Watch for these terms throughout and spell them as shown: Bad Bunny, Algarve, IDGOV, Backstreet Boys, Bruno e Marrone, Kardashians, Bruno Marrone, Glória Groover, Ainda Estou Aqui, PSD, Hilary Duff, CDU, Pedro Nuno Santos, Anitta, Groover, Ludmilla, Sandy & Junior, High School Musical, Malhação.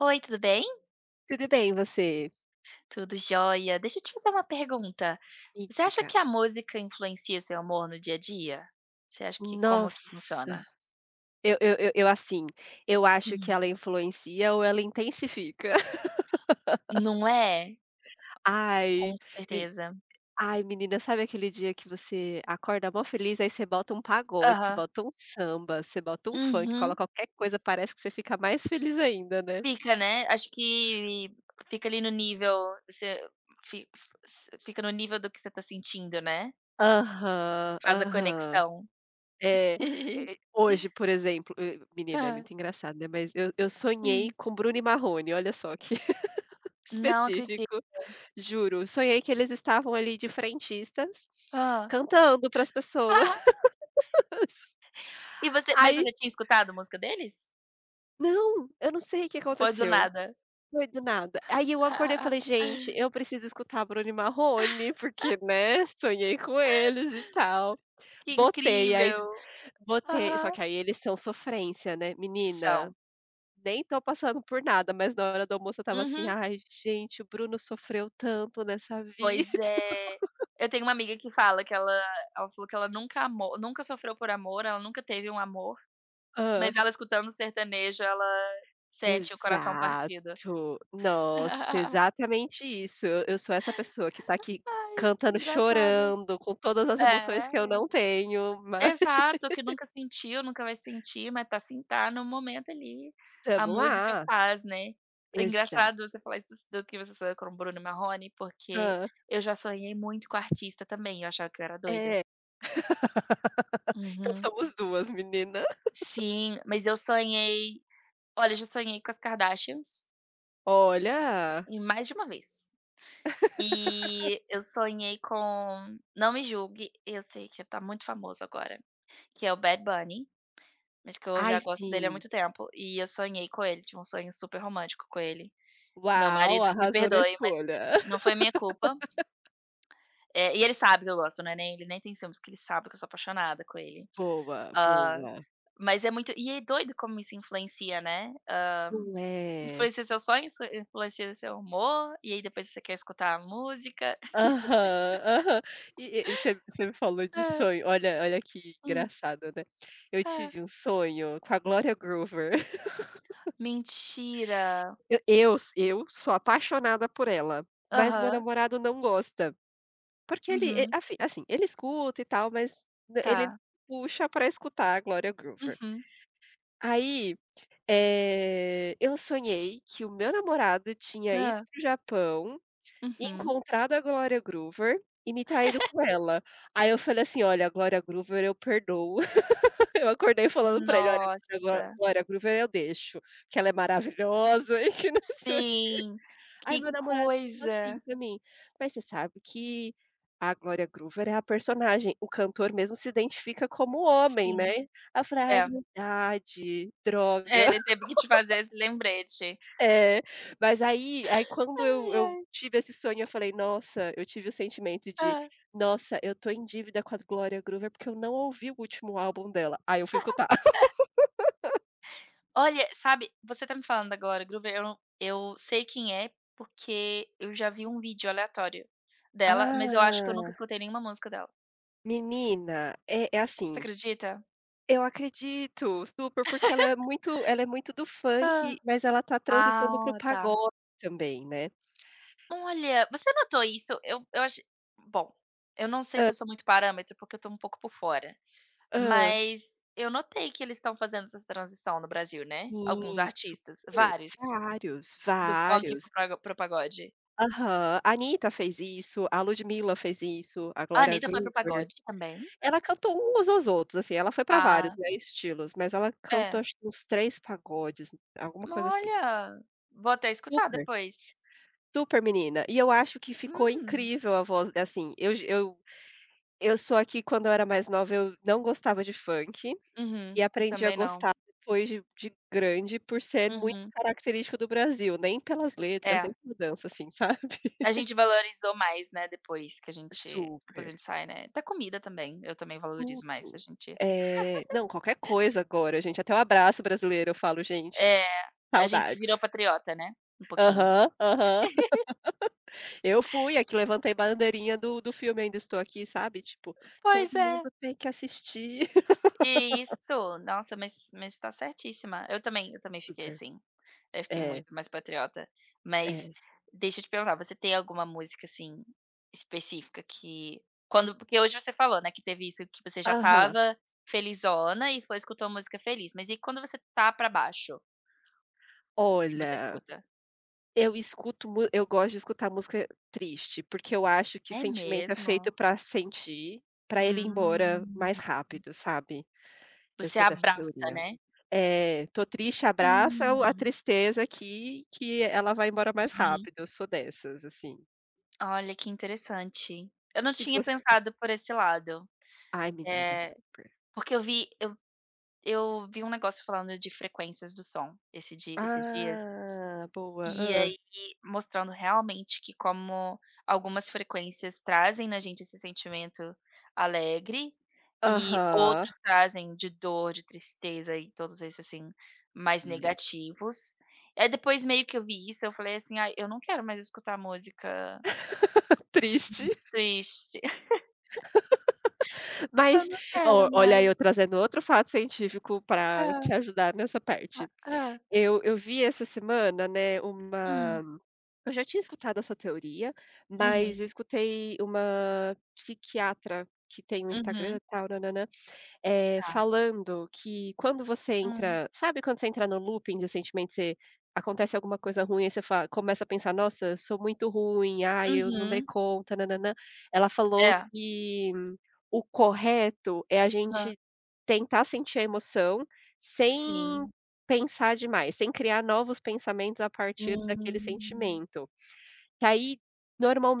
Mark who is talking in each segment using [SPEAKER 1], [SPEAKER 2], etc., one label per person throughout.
[SPEAKER 1] Oi, tudo bem?
[SPEAKER 2] Tudo bem, você?
[SPEAKER 1] Tudo jóia. Deixa eu te fazer uma pergunta.
[SPEAKER 2] Me
[SPEAKER 1] Você acha
[SPEAKER 2] diga.
[SPEAKER 1] que a música influencia seu amor no dia a dia? Você acha que como que
[SPEAKER 2] Nossa,
[SPEAKER 1] funciona?
[SPEAKER 2] eu assim, eu acho que
[SPEAKER 1] Hum.
[SPEAKER 2] ela influencia ou ela intensifica.
[SPEAKER 1] Não é? Com
[SPEAKER 2] Ai, me
[SPEAKER 1] certeza.
[SPEAKER 2] ai menina, sabe aquele dia que você acorda mó feliz, aí você bota um pagode, você
[SPEAKER 1] Aham.
[SPEAKER 2] bota um samba, você bota um funk,
[SPEAKER 1] Uhum.
[SPEAKER 2] coloca qualquer coisa, parece que você fica mais feliz ainda, né.
[SPEAKER 1] Fica, né, acho que fica ali no nível você fi f fica no nível do que você tá sentindo, né.
[SPEAKER 2] Aham,
[SPEAKER 1] Faz a
[SPEAKER 2] aham.
[SPEAKER 1] conexão.
[SPEAKER 2] É, e hoje, por exemplo, e menina, é
[SPEAKER 1] Hã.
[SPEAKER 2] muito engraçado, né, mas eu sonhei
[SPEAKER 1] Hum.
[SPEAKER 2] com Bruno e Marrone, olha só que
[SPEAKER 1] Não acredito.
[SPEAKER 2] específico. Juro, sonhei que eles estavam ali de frentistas,
[SPEAKER 1] Ah.
[SPEAKER 2] cantando para as pessoas.
[SPEAKER 1] E você mas
[SPEAKER 2] Aí
[SPEAKER 1] você tinha escutado a música deles?
[SPEAKER 2] não, eu não sei o que
[SPEAKER 1] Foi do
[SPEAKER 2] aconteceu,
[SPEAKER 1] nada?
[SPEAKER 2] foi do nada. Aí eu acordei e falei: "Gente, eu preciso escutar Bruno e Marrone, porque, né, sonhei com eles e tal".
[SPEAKER 1] Que
[SPEAKER 2] Botei, aí
[SPEAKER 1] incrível.
[SPEAKER 2] botei só
[SPEAKER 1] Aham.
[SPEAKER 2] que aí eles são sofrência, né, menina,
[SPEAKER 1] São.
[SPEAKER 2] nem tô passando por nada, mas na hora do almoço eu estava assim:
[SPEAKER 1] Uhum.
[SPEAKER 2] "Ai gente, o Bruno sofreu tanto nessa vida".
[SPEAKER 1] Pois é. Eu tenho uma amiga que fala que ela falou que ela nunca amou, nunca sofreu por amor, ela nunca teve um amor,
[SPEAKER 2] Hã.
[SPEAKER 1] mas ela escutando sertanejo, ela sente o coração
[SPEAKER 2] Exato.
[SPEAKER 1] partido.
[SPEAKER 2] Nossa, exatamente isso. Eu sou essa pessoa que tá aqui
[SPEAKER 1] Ai, que
[SPEAKER 2] cantando,
[SPEAKER 1] engraçado.
[SPEAKER 2] chorando, com todas as emoções que eu
[SPEAKER 1] É.
[SPEAKER 2] não tenho, mas
[SPEAKER 1] Exato, que nunca sentiu, nunca vai sentir, mas tá assim, tá no momento ali, a
[SPEAKER 2] tamo
[SPEAKER 1] música
[SPEAKER 2] lá.
[SPEAKER 1] faz, né. É
[SPEAKER 2] Exato.
[SPEAKER 1] engraçado você falar isso do que você sonhou com o Bruno Marrone, porque eu já sonhei muito com artista também, eu achava que eu era doida.
[SPEAKER 2] É. Então
[SPEAKER 1] Uhum.
[SPEAKER 2] somos duas menina.
[SPEAKER 1] Sim, mas eu sonhei olha, eu já sonhei com as Kardashians,
[SPEAKER 2] Olha.
[SPEAKER 1] e mais de uma vez. E eu sonhei com, não me julgue, eu sei que tá muito famoso agora, que é o Bad Bunny. Mas que eu já
[SPEAKER 2] Ai,
[SPEAKER 1] gosto dele há
[SPEAKER 2] sim.
[SPEAKER 1] muito tempo, e eu sonhei com ele, tive um sonho super romântico com ele. Meu
[SPEAKER 2] Uau,
[SPEAKER 1] marido que me
[SPEAKER 2] arrasou na
[SPEAKER 1] perdoe, mas
[SPEAKER 2] escolha.
[SPEAKER 1] não foi minha culpa. E ele sabe que eu gosto, né, nem ele nem tem ciúmes, que ele sabe que eu sou apaixonada com ele.
[SPEAKER 2] Boa,
[SPEAKER 1] Ah,
[SPEAKER 2] boa.
[SPEAKER 1] mas é muito e é doido como isso influencia, né. Hã,
[SPEAKER 2] Não é?
[SPEAKER 1] influencia seu sonho, isso influencia seu humor, e aí depois você quer escutar a música.
[SPEAKER 2] Aham, aham. E você me falou de
[SPEAKER 1] "Ah,
[SPEAKER 2] sonho, olha que
[SPEAKER 1] hum,
[SPEAKER 2] engraçado, né. Eu
[SPEAKER 1] ah,
[SPEAKER 2] tive um sonho com a Gloria Groover.
[SPEAKER 1] mentira.
[SPEAKER 2] Eu sou apaixonada por ela, mas meu
[SPEAKER 1] Aham,
[SPEAKER 2] namorado não gosta, porque ele e
[SPEAKER 1] uhum,
[SPEAKER 2] assim, ele escuta e tal, mas n ele não
[SPEAKER 1] tá,
[SPEAKER 2] puxa pra escutar a Gloria Groover.
[SPEAKER 1] uhum,
[SPEAKER 2] Aí, eu sonhei que o meu namorado tinha ido
[SPEAKER 1] hã,
[SPEAKER 2] para o Japão,
[SPEAKER 1] uhum."
[SPEAKER 2] encontrado a Glória Groover e me traído com ela. Aí eu falei assim: "Olha, a Glória Groover eu perdoo". Eu acordei falando pra ele: "Olha, a
[SPEAKER 1] Nossa.
[SPEAKER 2] Glória Groover eu deixo, que ela é maravilhosa e que não sei o quê".
[SPEAKER 1] Sim,
[SPEAKER 2] Aí
[SPEAKER 1] que
[SPEAKER 2] meu namorado falou assim
[SPEAKER 1] coisa.
[SPEAKER 2] pra mim: "Mas você sabe que a Glória Groover é a personagem, o cantor mesmo se identifica como homem, né?".
[SPEAKER 1] Sim,
[SPEAKER 2] Aí eu falei: "Ah, é
[SPEAKER 1] é.
[SPEAKER 2] verdade,
[SPEAKER 1] É,
[SPEAKER 2] droga".
[SPEAKER 1] ele teve que te fazer esse lembrete.
[SPEAKER 2] É, mas aí quando eu
[SPEAKER 1] Ai,
[SPEAKER 2] eu
[SPEAKER 1] ai.
[SPEAKER 2] tive esse sonho, eu falei: "Nossa", eu tive o sentimento de:
[SPEAKER 1] Hã.
[SPEAKER 2] "Nossa, eu tô em dívida com a Glória Groover, porque eu não ouvi o último álbum dela". Aí eu fui escutar.
[SPEAKER 1] Olha, sabe, você tá me falando agora, Groover, eu não, eu sei quem é, porque eu já vi um vídeo aleatório dela, mas eu acho que eu
[SPEAKER 2] Ah.
[SPEAKER 1] nunca escutei nenhuma música dela.
[SPEAKER 2] Menina, é
[SPEAKER 1] Você
[SPEAKER 2] assim,
[SPEAKER 1] acredita?
[SPEAKER 2] eu acredito, super, porque ela é muito do
[SPEAKER 1] Hã.
[SPEAKER 2] funk, mas ela tá transitando pro
[SPEAKER 1] Ah, tá.
[SPEAKER 2] pagode também, né.
[SPEAKER 1] Olha, você notou isso? Eu acho, bom, eu não sei se
[SPEAKER 2] Ah,
[SPEAKER 1] eu sou muito parâmetro, porque eu tô um pouco por fora. Mas eu notei que eles estão fazendo essa transição no Brasil, né, alguns
[SPEAKER 2] sim,
[SPEAKER 1] artistas,
[SPEAKER 2] super.
[SPEAKER 1] vários,
[SPEAKER 2] Vários,
[SPEAKER 1] do funk
[SPEAKER 2] vários.
[SPEAKER 1] para o pagode.
[SPEAKER 2] Aham. A Anitta fez isso, a Ludmilla fez isso, a
[SPEAKER 1] A
[SPEAKER 2] Glória
[SPEAKER 1] Anitta foi para
[SPEAKER 2] Groover.
[SPEAKER 1] pagode também.
[SPEAKER 2] Ela cantou uns aos outros, assim, ela foi pra vários,
[SPEAKER 1] Ah,
[SPEAKER 2] né, estilos, mas ela cantou
[SPEAKER 1] é.
[SPEAKER 2] acho que uns 3 pagodes, alguma coisa assim.
[SPEAKER 1] Olha, vou até escutar
[SPEAKER 2] Super,
[SPEAKER 1] depois.
[SPEAKER 2] super menina. E eu acho que ficou
[SPEAKER 1] Hum,
[SPEAKER 2] incrível a voz assim, eu sou aqui quando eu era mais nova, eu não gostava de funk,
[SPEAKER 1] uhum,
[SPEAKER 2] e
[SPEAKER 1] eu
[SPEAKER 2] aprendi a
[SPEAKER 1] também não.
[SPEAKER 2] gostar depois de grande, por ser muito
[SPEAKER 1] Uhum,
[SPEAKER 2] característico do Brasil, nem pelas letras,
[SPEAKER 1] é.
[SPEAKER 2] nem por dança, assim, sabe.
[SPEAKER 1] A gente valorizou mais, né, depois a
[SPEAKER 2] Super.
[SPEAKER 1] gente sai, né. Da comida também, eu também valorizo mais,
[SPEAKER 2] Tudo. Não, qualquer coisa agora, gente, até o abraço brasileiro eu falo: "Gente,
[SPEAKER 1] é, a gente virou
[SPEAKER 2] saudades".
[SPEAKER 1] patriota, né, um pouquinho.
[SPEAKER 2] Aham, aham. Eu fui a que levantei bandeirinha do filme Ainda Estou Aqui, sabe, tipo, todo
[SPEAKER 1] Pois é.
[SPEAKER 2] mundo tem que assistir.
[SPEAKER 1] Isso, nossa, mas está certíssima. Eu também fiquei
[SPEAKER 2] Super.
[SPEAKER 1] assim, eu fiquei
[SPEAKER 2] É,
[SPEAKER 1] muito mais patriota. Mas
[SPEAKER 2] é.
[SPEAKER 1] deixa eu te perguntar, você tem alguma música, assim, específica que quando porque hoje você falou, né, que teve isso que você já
[SPEAKER 2] Aham.
[SPEAKER 1] estava felizona e foi escutou a música feliz, mas e quando você tá pra baixo, o que que você
[SPEAKER 2] Olha,
[SPEAKER 1] escuta?
[SPEAKER 2] eu escuto mu eu gosto de escutar música triste, porque eu acho que
[SPEAKER 1] É
[SPEAKER 2] sentimento é feito
[SPEAKER 1] mesmo?
[SPEAKER 2] pra sentir, pra ele ir embora
[SPEAKER 1] Hum,
[SPEAKER 2] mais rápido, sabe. Eu
[SPEAKER 1] você
[SPEAKER 2] sou dessa
[SPEAKER 1] abraça,
[SPEAKER 2] teoria.
[SPEAKER 1] né?
[SPEAKER 2] Tô triste, abraça o a
[SPEAKER 1] Hum,
[SPEAKER 2] tristeza aqui, que ela vai embora mais
[SPEAKER 1] uhum.
[SPEAKER 2] rápido, eu sou dessas, assim.
[SPEAKER 1] Olha que interessante. Eu não
[SPEAKER 2] E
[SPEAKER 1] tinha
[SPEAKER 2] você?
[SPEAKER 1] pensado por esse lado.
[SPEAKER 2] Ai, menina,
[SPEAKER 1] Eh
[SPEAKER 2] super.
[SPEAKER 1] Porque eu vi eu vi um negócio falando de frequências do som esses dias,
[SPEAKER 2] Ah, boa.
[SPEAKER 1] e
[SPEAKER 2] Ah,
[SPEAKER 1] aí mostrando realmente que como algumas frequências trazem na gente esse sentimento alegre, e
[SPEAKER 2] aham.
[SPEAKER 1] outros trazem de dor, de tristeza e todos esses, assim, mais
[SPEAKER 2] Hum.
[SPEAKER 1] negativos. Aí depois meio que eu vi isso, eu falei assim: "Ah, eu não quero mais escutar música
[SPEAKER 2] Triste,
[SPEAKER 1] triste, eu
[SPEAKER 2] mas
[SPEAKER 1] não
[SPEAKER 2] ó,
[SPEAKER 1] quero
[SPEAKER 2] olha
[SPEAKER 1] mais."
[SPEAKER 2] eu trazendo outro fato científico para te
[SPEAKER 1] Ah.
[SPEAKER 2] ajudar nessa parte.
[SPEAKER 1] Ah.
[SPEAKER 2] Eu vi essa semana, né,
[SPEAKER 1] Hum.
[SPEAKER 2] uma eu já tinha escutado essa teoria, mas eu
[SPEAKER 1] Uhum,
[SPEAKER 2] escutei uma psiquiatra que tem um Instagram,
[SPEAKER 1] uhum,
[SPEAKER 2] e tal, nananã.
[SPEAKER 1] tá.
[SPEAKER 2] Falando que quando você
[SPEAKER 1] Hum,
[SPEAKER 2] entra sabe quando você entra no looping de sentimento, você acontece alguma coisa ruim, aí você fa começa a pensar: "Nossa, eu sou muito ruim, ai, eu não dei
[SPEAKER 1] uhum.
[SPEAKER 2] conta, nã Ela falou
[SPEAKER 1] É,
[SPEAKER 2] que o correto é a
[SPEAKER 1] aham,
[SPEAKER 2] gente tentar sentir a emoção sem
[SPEAKER 1] sim.
[SPEAKER 2] pensar demais, sem criar novos pensamentos a partir daquele
[SPEAKER 1] Hum,
[SPEAKER 2] sentimento. Que aí,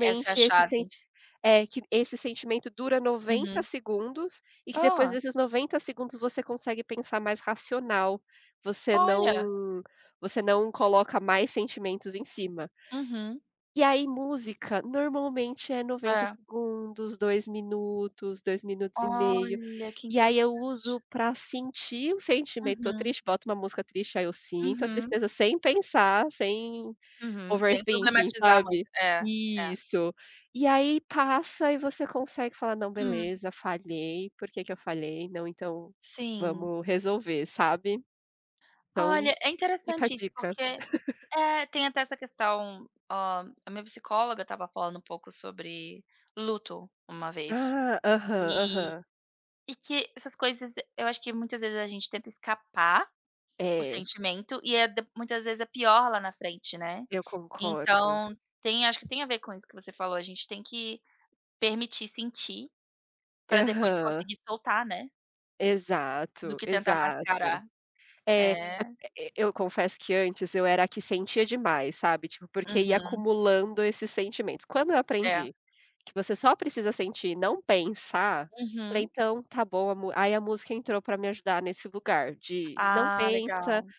[SPEAKER 1] essa é a chave.
[SPEAKER 2] que esse sentimento dura 90
[SPEAKER 1] Uhum.
[SPEAKER 2] segundos e que depois
[SPEAKER 1] Ah,
[SPEAKER 2] desses 90 segundos você consegue pensar mais racional, você
[SPEAKER 1] olha.
[SPEAKER 2] não você não coloca mais sentimentos em cima.
[SPEAKER 1] Uhum.
[SPEAKER 2] E aí música, normalmente é 90
[SPEAKER 1] É.
[SPEAKER 2] segundos, 2 minutos, 2 minutos e meio,
[SPEAKER 1] Olha, que
[SPEAKER 2] e aí eu
[SPEAKER 1] interessante.
[SPEAKER 2] uso pra sentir o sentimento, tô
[SPEAKER 1] Uhum,
[SPEAKER 2] triste, boto uma música triste, aí eu sinto a
[SPEAKER 1] uhum,
[SPEAKER 2] tristeza sem pensar, sem
[SPEAKER 1] uhum. Sem
[SPEAKER 2] overthinking,
[SPEAKER 1] problematizar muito.
[SPEAKER 2] sabe?
[SPEAKER 1] É, é.
[SPEAKER 2] Isso. E aí passa e você consegue falar: "Não,
[SPEAKER 1] Hum,
[SPEAKER 2] beleza, falhei. Por que que eu falhei? Não, então
[SPEAKER 1] sim.
[SPEAKER 2] vamos resolver", sabe? Então
[SPEAKER 1] Olha, é
[SPEAKER 2] fica a
[SPEAKER 1] interessante isso,
[SPEAKER 2] dica.
[SPEAKER 1] porque é, tem até essa questão, a minha psicóloga estava falando um pouco sobre luto uma vez,
[SPEAKER 2] Ah, aham,
[SPEAKER 1] e
[SPEAKER 2] aham.
[SPEAKER 1] e que essas coisas eu acho que muitas vezes a gente tenta escapar o
[SPEAKER 2] É,
[SPEAKER 1] sentimento e é de muitas vezes é pior lá na frente, né.
[SPEAKER 2] eu concordo.
[SPEAKER 1] Então tem acho que tem a ver com isso que você falou, a gente tem que permitir sentir, para depois
[SPEAKER 2] Aham.
[SPEAKER 1] conseguir soltar, né, do
[SPEAKER 2] Exato,
[SPEAKER 1] que tentar
[SPEAKER 2] exato.
[SPEAKER 1] mascarar.
[SPEAKER 2] É,
[SPEAKER 1] É.
[SPEAKER 2] e eu confesso que antes eu era a que sentia demais, sabe, tipo, porque ia
[SPEAKER 1] Uhum.
[SPEAKER 2] acumulando esses sentimentos. Quando eu
[SPEAKER 1] É.
[SPEAKER 2] aprendi que você só precisa sentir, não pensar. Falei:
[SPEAKER 1] Uhum.
[SPEAKER 2] "Então tá bom, a mu" aí a música entrou pra me ajudar nesse lugar de não
[SPEAKER 1] Ah,
[SPEAKER 2] pensa,
[SPEAKER 1] legal.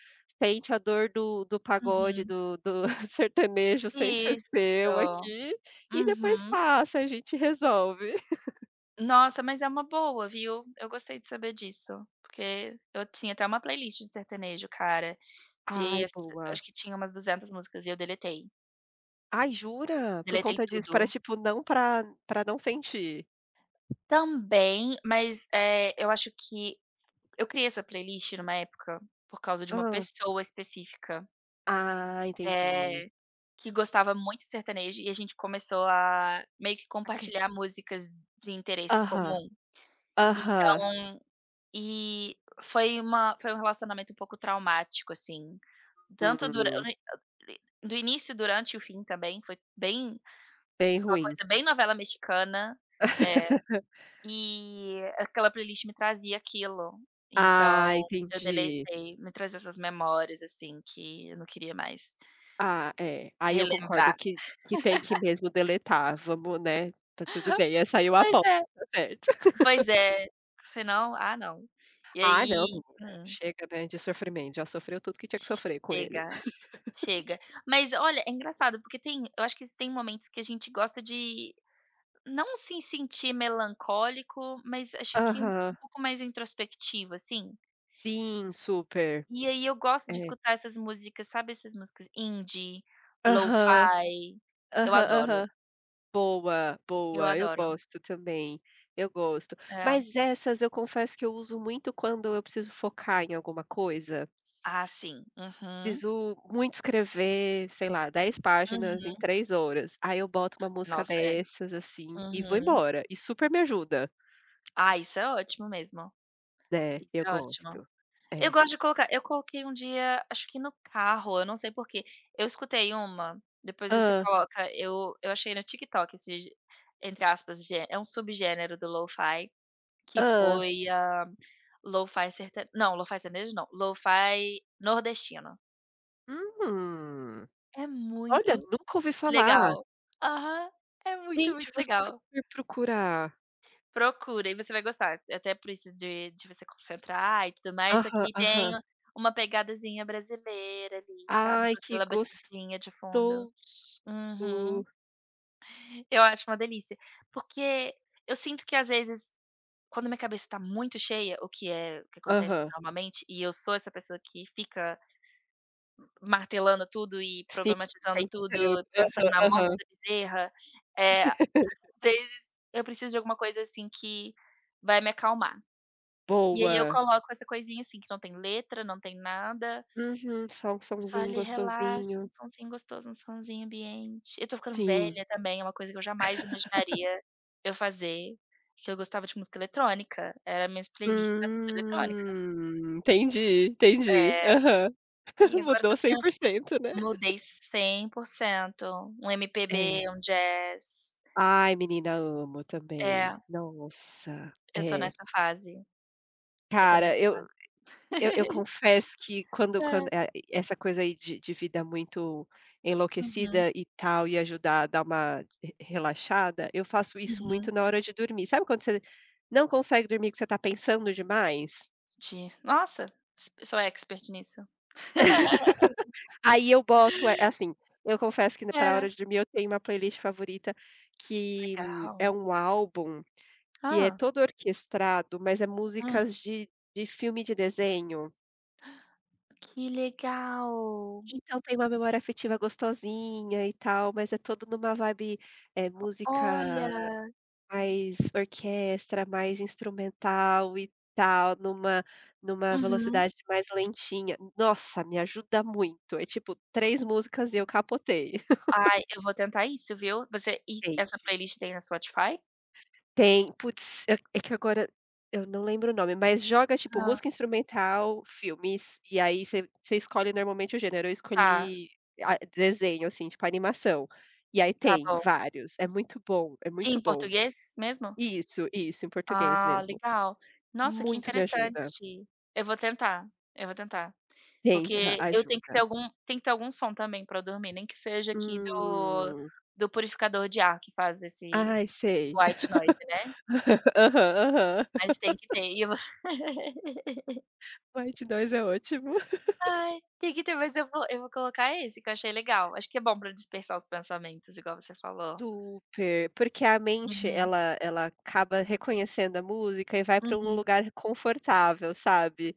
[SPEAKER 2] sente a dor do pagode,
[SPEAKER 1] Uhum.
[SPEAKER 2] do do sertanejo sente ser seu
[SPEAKER 1] Isso.
[SPEAKER 2] aqui, e depois
[SPEAKER 1] Uhum.
[SPEAKER 2] passa, a gente resolve".
[SPEAKER 1] Nossa, mas é uma boa, viu. Eu gostei de saber disso, porque eu tinha até uma playlist de sertanejo, cara, de
[SPEAKER 2] Ai, boa.
[SPEAKER 1] acho que tinha umas 200 músicas e eu deletei.
[SPEAKER 2] Ai, jura? Por
[SPEAKER 1] Deletei
[SPEAKER 2] conta disso, para
[SPEAKER 1] tudo.
[SPEAKER 2] tipo não pra não sentir?
[SPEAKER 1] Também, mas, eu acho que eu criei essa playlist numa época por causa de uma
[SPEAKER 2] Hã.
[SPEAKER 1] pessoa específica,
[SPEAKER 2] Ah, entendi.
[SPEAKER 1] eh, que gostava muito de sertanejo e a gente começou a meio que
[SPEAKER 2] Ok.
[SPEAKER 1] compartilhar músicas de interesse
[SPEAKER 2] Aham,
[SPEAKER 1] comum.
[SPEAKER 2] aham.
[SPEAKER 1] Então e foi um relacionamento um pouco traumático, assim, tanto dura
[SPEAKER 2] Hum,
[SPEAKER 1] do início, durante e o fim também, foi bem
[SPEAKER 2] Bem
[SPEAKER 1] uma
[SPEAKER 2] ruim.
[SPEAKER 1] coisa bem novela mexicana. eh E aquela playlist me trazia aquilo, então
[SPEAKER 2] Ah,
[SPEAKER 1] Eu
[SPEAKER 2] entendi.
[SPEAKER 1] deletei, me trazia essas memórias, assim, que eu não queria mais
[SPEAKER 2] Ah, é, aí eu concordo
[SPEAKER 1] relembrar.
[SPEAKER 2] que tem que mesmo deletar, vamos, né, tá tudo bem, essa aí eu
[SPEAKER 1] Pois
[SPEAKER 2] apoio,
[SPEAKER 1] é,
[SPEAKER 2] tá certo.
[SPEAKER 1] pois é, senão, ah não. E
[SPEAKER 2] Ah não,
[SPEAKER 1] aí,
[SPEAKER 2] menina, chega, né, de sofrimento, já sofreu tudo que tinha que sofrer com ele.
[SPEAKER 1] chega, chega. Mas olha, é engraçado porque tem eu acho que tem momentos que a gente gosta de não se sentir melancólico, mas acho que um
[SPEAKER 2] Aham.
[SPEAKER 1] pouco mais introspectivo, assim.
[SPEAKER 2] Sim, super.
[SPEAKER 1] E aí eu gosto de
[SPEAKER 2] É.
[SPEAKER 1] escutar essas músicas, sabe essas músicas indie,
[SPEAKER 2] Aham,
[SPEAKER 1] lo-fi, eu
[SPEAKER 2] aham,
[SPEAKER 1] adoro,
[SPEAKER 2] aham. Boa,
[SPEAKER 1] eu
[SPEAKER 2] boa, eu
[SPEAKER 1] adoro.
[SPEAKER 2] gosto também, eu gosto.
[SPEAKER 1] É.
[SPEAKER 2] Mas essas eu confesso que eu uso muito quando eu preciso focar em alguma coisa.
[SPEAKER 1] Ah, sim. Uhum,
[SPEAKER 2] Preciso muito escrever, sei lá, 10 páginas em
[SPEAKER 1] uhum.
[SPEAKER 2] 3 horas. Aí eu boto uma música
[SPEAKER 1] Nossa, é.
[SPEAKER 2] dessas, assim, e vou
[SPEAKER 1] Uhum.
[SPEAKER 2] embora. E super me ajuda,
[SPEAKER 1] Ah, isso é ótimo mesmo,
[SPEAKER 2] né,
[SPEAKER 1] isso
[SPEAKER 2] eu
[SPEAKER 1] é ótimo.
[SPEAKER 2] gosto.
[SPEAKER 1] Eu
[SPEAKER 2] É.
[SPEAKER 1] gosto de colocar eu coloquei um dia, acho que no carro, eu não sei por quê. Eu escutei uma, depois você
[SPEAKER 2] Hã,
[SPEAKER 1] coloca, eu achei no TikTok esse, entre aspas, gê é um subgênero do lo-fi. Que
[SPEAKER 2] hã,
[SPEAKER 1] foi a Lo-fi serte, não, Lo-fi sertanejo, não, Lo-fi nordestino.
[SPEAKER 2] hum,
[SPEAKER 1] É
[SPEAKER 2] olha,
[SPEAKER 1] muito
[SPEAKER 2] nunca ouvi falar.
[SPEAKER 1] legal. Aham, é muito,
[SPEAKER 2] Gente,
[SPEAKER 1] muito
[SPEAKER 2] vou
[SPEAKER 1] legal.
[SPEAKER 2] super procurar.
[SPEAKER 1] Procura e você vai gostar, até por isso de você concentrar e tudo mais, só
[SPEAKER 2] Aham,
[SPEAKER 1] que tem
[SPEAKER 2] aham.
[SPEAKER 1] uma pegadazinha brasileira ali, sabe,
[SPEAKER 2] Ai,
[SPEAKER 1] com
[SPEAKER 2] que
[SPEAKER 1] aquela
[SPEAKER 2] gostoso.
[SPEAKER 1] batidinha de fundo. Uhum. Eu acho uma delícia, porque eu sinto que às vezes, quando minha cabeça tá muito cheia, o que acontece
[SPEAKER 2] Aham,
[SPEAKER 1] normalmente, e eu sou essa pessoa que fica martelando tudo e
[SPEAKER 2] sim,
[SPEAKER 1] problematizando
[SPEAKER 2] pensando.
[SPEAKER 1] tudo, pensando
[SPEAKER 2] Aham,
[SPEAKER 1] na morte
[SPEAKER 2] aham.
[SPEAKER 1] da bezerra, eh, às vezes eu preciso de alguma coisa, assim, que vai me acalmar. E aí eu
[SPEAKER 2] Boa.
[SPEAKER 1] coloco essa coisinha, assim, que não tem letra, não tem nada,
[SPEAKER 2] Uhum, só um
[SPEAKER 1] só
[SPEAKER 2] sonzinho
[SPEAKER 1] ali relaxa, um
[SPEAKER 2] gostosinho.
[SPEAKER 1] sonzinho gostoso, um sonzinho ambiente. Eu tô ficando
[SPEAKER 2] Sim.
[SPEAKER 1] velha também, é uma coisa que eu jamais imaginaria eu fazer, que eu gostava de música eletrônica, era minhas playlist era tudo eletrônica.
[SPEAKER 2] Entendi, entendi.
[SPEAKER 1] É,
[SPEAKER 2] Aham.
[SPEAKER 1] e agora eu
[SPEAKER 2] Mudou
[SPEAKER 1] tô
[SPEAKER 2] cem
[SPEAKER 1] criando.
[SPEAKER 2] por cento né.
[SPEAKER 1] Mudei 100%. Um
[SPEAKER 2] É.
[SPEAKER 1] MPB, um jazz.
[SPEAKER 2] Ai, menina, amo
[SPEAKER 1] É,
[SPEAKER 2] também. Nossa,
[SPEAKER 1] eu tô
[SPEAKER 2] é.
[SPEAKER 1] nessa fase, eu tô nessa
[SPEAKER 2] Cara, eu
[SPEAKER 1] fase.
[SPEAKER 2] eu eu confesso que quando
[SPEAKER 1] É.
[SPEAKER 2] essa coisa aí de vida muito
[SPEAKER 1] Uhum,
[SPEAKER 2] enlouquecida e tal, e ajudar a dar uma re relaxada, eu faço isso
[SPEAKER 1] uhum.
[SPEAKER 2] muito na hora de dormir. Sabe quando você não consegue dormir, que você tá pensando demais?
[SPEAKER 1] De Nossa, s sou expert nisso.
[SPEAKER 2] Aí eu boto é assim, eu confesso que pra
[SPEAKER 1] É.
[SPEAKER 2] hora de dormir eu tenho uma playlist favorita que é
[SPEAKER 1] Legal.
[SPEAKER 2] um álbum que é
[SPEAKER 1] Ah.
[SPEAKER 2] todo orquestrado, mas é
[SPEAKER 1] Hum.
[SPEAKER 2] músicas de filme de desenho.
[SPEAKER 1] Que legal.
[SPEAKER 2] Então tem uma memória afetiva gostosinha e tal, mas é todo numa vibe, música
[SPEAKER 1] Olha.
[SPEAKER 2] mais orquestra, mais instrumental e tal, numa
[SPEAKER 1] Uhum.
[SPEAKER 2] velocidade mais lentinha. Nossa, me ajuda muito. É tipo 3 músicas e eu capotei.
[SPEAKER 1] Ai, eu vou tentar isso, viu. Você E
[SPEAKER 2] Tem.
[SPEAKER 1] essa playlist tem no Spotify?
[SPEAKER 2] Tem, putz, é que agora eu não lembro o nome, mas joga, tipo,
[SPEAKER 1] Hã.
[SPEAKER 2] música instrumental, filmes, e aí você escolhe normalmente o gênero. Eu
[SPEAKER 1] Tá,
[SPEAKER 2] escolhi a desenho, assim, tipo, animação. E aí
[SPEAKER 1] tá
[SPEAKER 2] tem
[SPEAKER 1] bom.
[SPEAKER 2] vários, é muito bom, é
[SPEAKER 1] E
[SPEAKER 2] muito
[SPEAKER 1] em
[SPEAKER 2] bom.
[SPEAKER 1] português mesmo?
[SPEAKER 2] Isso, em português
[SPEAKER 1] Ah,
[SPEAKER 2] mesmo.
[SPEAKER 1] legal. Nossa, que
[SPEAKER 2] Muito me ajuda.
[SPEAKER 1] interessante. Eu vou tentar, eu vou tentar.
[SPEAKER 2] Tenta,
[SPEAKER 1] Porque eu tenho que ter
[SPEAKER 2] ajuda.
[SPEAKER 1] algum tem que ter algum som também para eu dormir, nem que seja aqui do
[SPEAKER 2] Hum.
[SPEAKER 1] do purificador de ar que faz esse
[SPEAKER 2] Ai, sei.
[SPEAKER 1] white noise, né.
[SPEAKER 2] Aham, aham.
[SPEAKER 1] Mas tem que ter e eu vou.
[SPEAKER 2] White Noise é ótimo.
[SPEAKER 1] Ai, tem que ter, mas eu vou colocar esse que eu achei legal. Acho que é bom para dispersar os pensamentos, igual você falou.
[SPEAKER 2] Super, porque a mente
[SPEAKER 1] Uhum,
[SPEAKER 2] ela acaba reconhecendo a música e vai para um
[SPEAKER 1] uhum.
[SPEAKER 2] lugar confortável, sabe,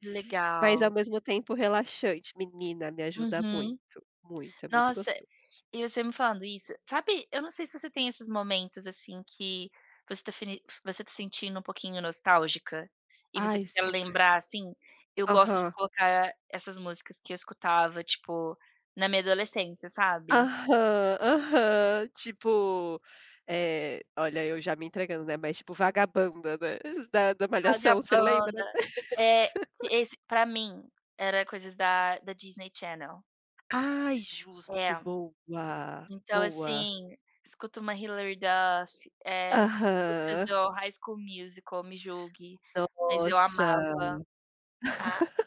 [SPEAKER 2] mas ao
[SPEAKER 1] Legal.
[SPEAKER 2] mesmo tempo relaxante. Menina, me ajuda
[SPEAKER 1] Uhum.
[SPEAKER 2] muito, muito, é muito
[SPEAKER 1] Nossa.
[SPEAKER 2] gostoso.
[SPEAKER 1] E você me falando isso, sabe, eu não sei se você tem esses momentos, assim, que você tá sentindo um pouquinho nostálgica, e você
[SPEAKER 2] Ai,
[SPEAKER 1] quer
[SPEAKER 2] super.
[SPEAKER 1] lembrar, assim, eu gosto de
[SPEAKER 2] Aham.
[SPEAKER 1] colocar essas músicas que eu escutava, tipo, na minha adolescência, sabe.
[SPEAKER 2] Aham, aham. Tipo, olha, eu já me entregando, né, mas tipo Vagabanda, né, da Malhação, você lembra
[SPEAKER 1] Vagabanda,
[SPEAKER 2] dessa?
[SPEAKER 1] é, esse pra mim, era coisas da Disney Channel.
[SPEAKER 2] Ai, justo,
[SPEAKER 1] É,
[SPEAKER 2] boa,
[SPEAKER 1] então,
[SPEAKER 2] boa.
[SPEAKER 1] assim, escuto uma Hilary Duff, é músicas
[SPEAKER 2] Aham.
[SPEAKER 1] do High School Musical, me julgue, mas eu
[SPEAKER 2] Nossa.
[SPEAKER 1] amava.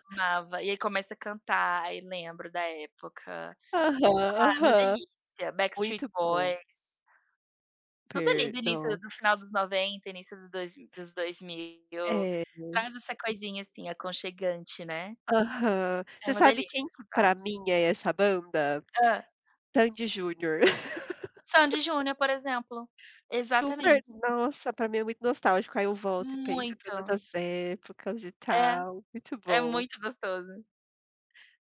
[SPEAKER 1] Amava. E aí começa a cantar, aí lembro da época.
[SPEAKER 2] Aham,
[SPEAKER 1] Ah, é uma
[SPEAKER 2] aham.
[SPEAKER 1] delícia. Backstreet
[SPEAKER 2] Muito bom,
[SPEAKER 1] Boys, tudo ali
[SPEAKER 2] per
[SPEAKER 1] do início do final
[SPEAKER 2] nossa.
[SPEAKER 1] dos 90, início do dois dos 2000,
[SPEAKER 2] É.
[SPEAKER 1] traz essa coisinha, assim, aconchegante, né.
[SPEAKER 2] Aham.
[SPEAKER 1] É
[SPEAKER 2] Você
[SPEAKER 1] uma
[SPEAKER 2] sabe quem
[SPEAKER 1] delícia
[SPEAKER 2] que pra
[SPEAKER 1] escutar.
[SPEAKER 2] mim é essa banda?
[SPEAKER 1] Hã.
[SPEAKER 2] Sandy& Junior.
[SPEAKER 1] Sandy& Junior, por exemplo.
[SPEAKER 2] Super
[SPEAKER 1] Exatamente.
[SPEAKER 2] nossa, pra mim é muito nostálgico, aí eu volto e penso em todas
[SPEAKER 1] Muito.
[SPEAKER 2] as épocas e
[SPEAKER 1] É,
[SPEAKER 2] tal, muito
[SPEAKER 1] é
[SPEAKER 2] bom.
[SPEAKER 1] muito gostoso.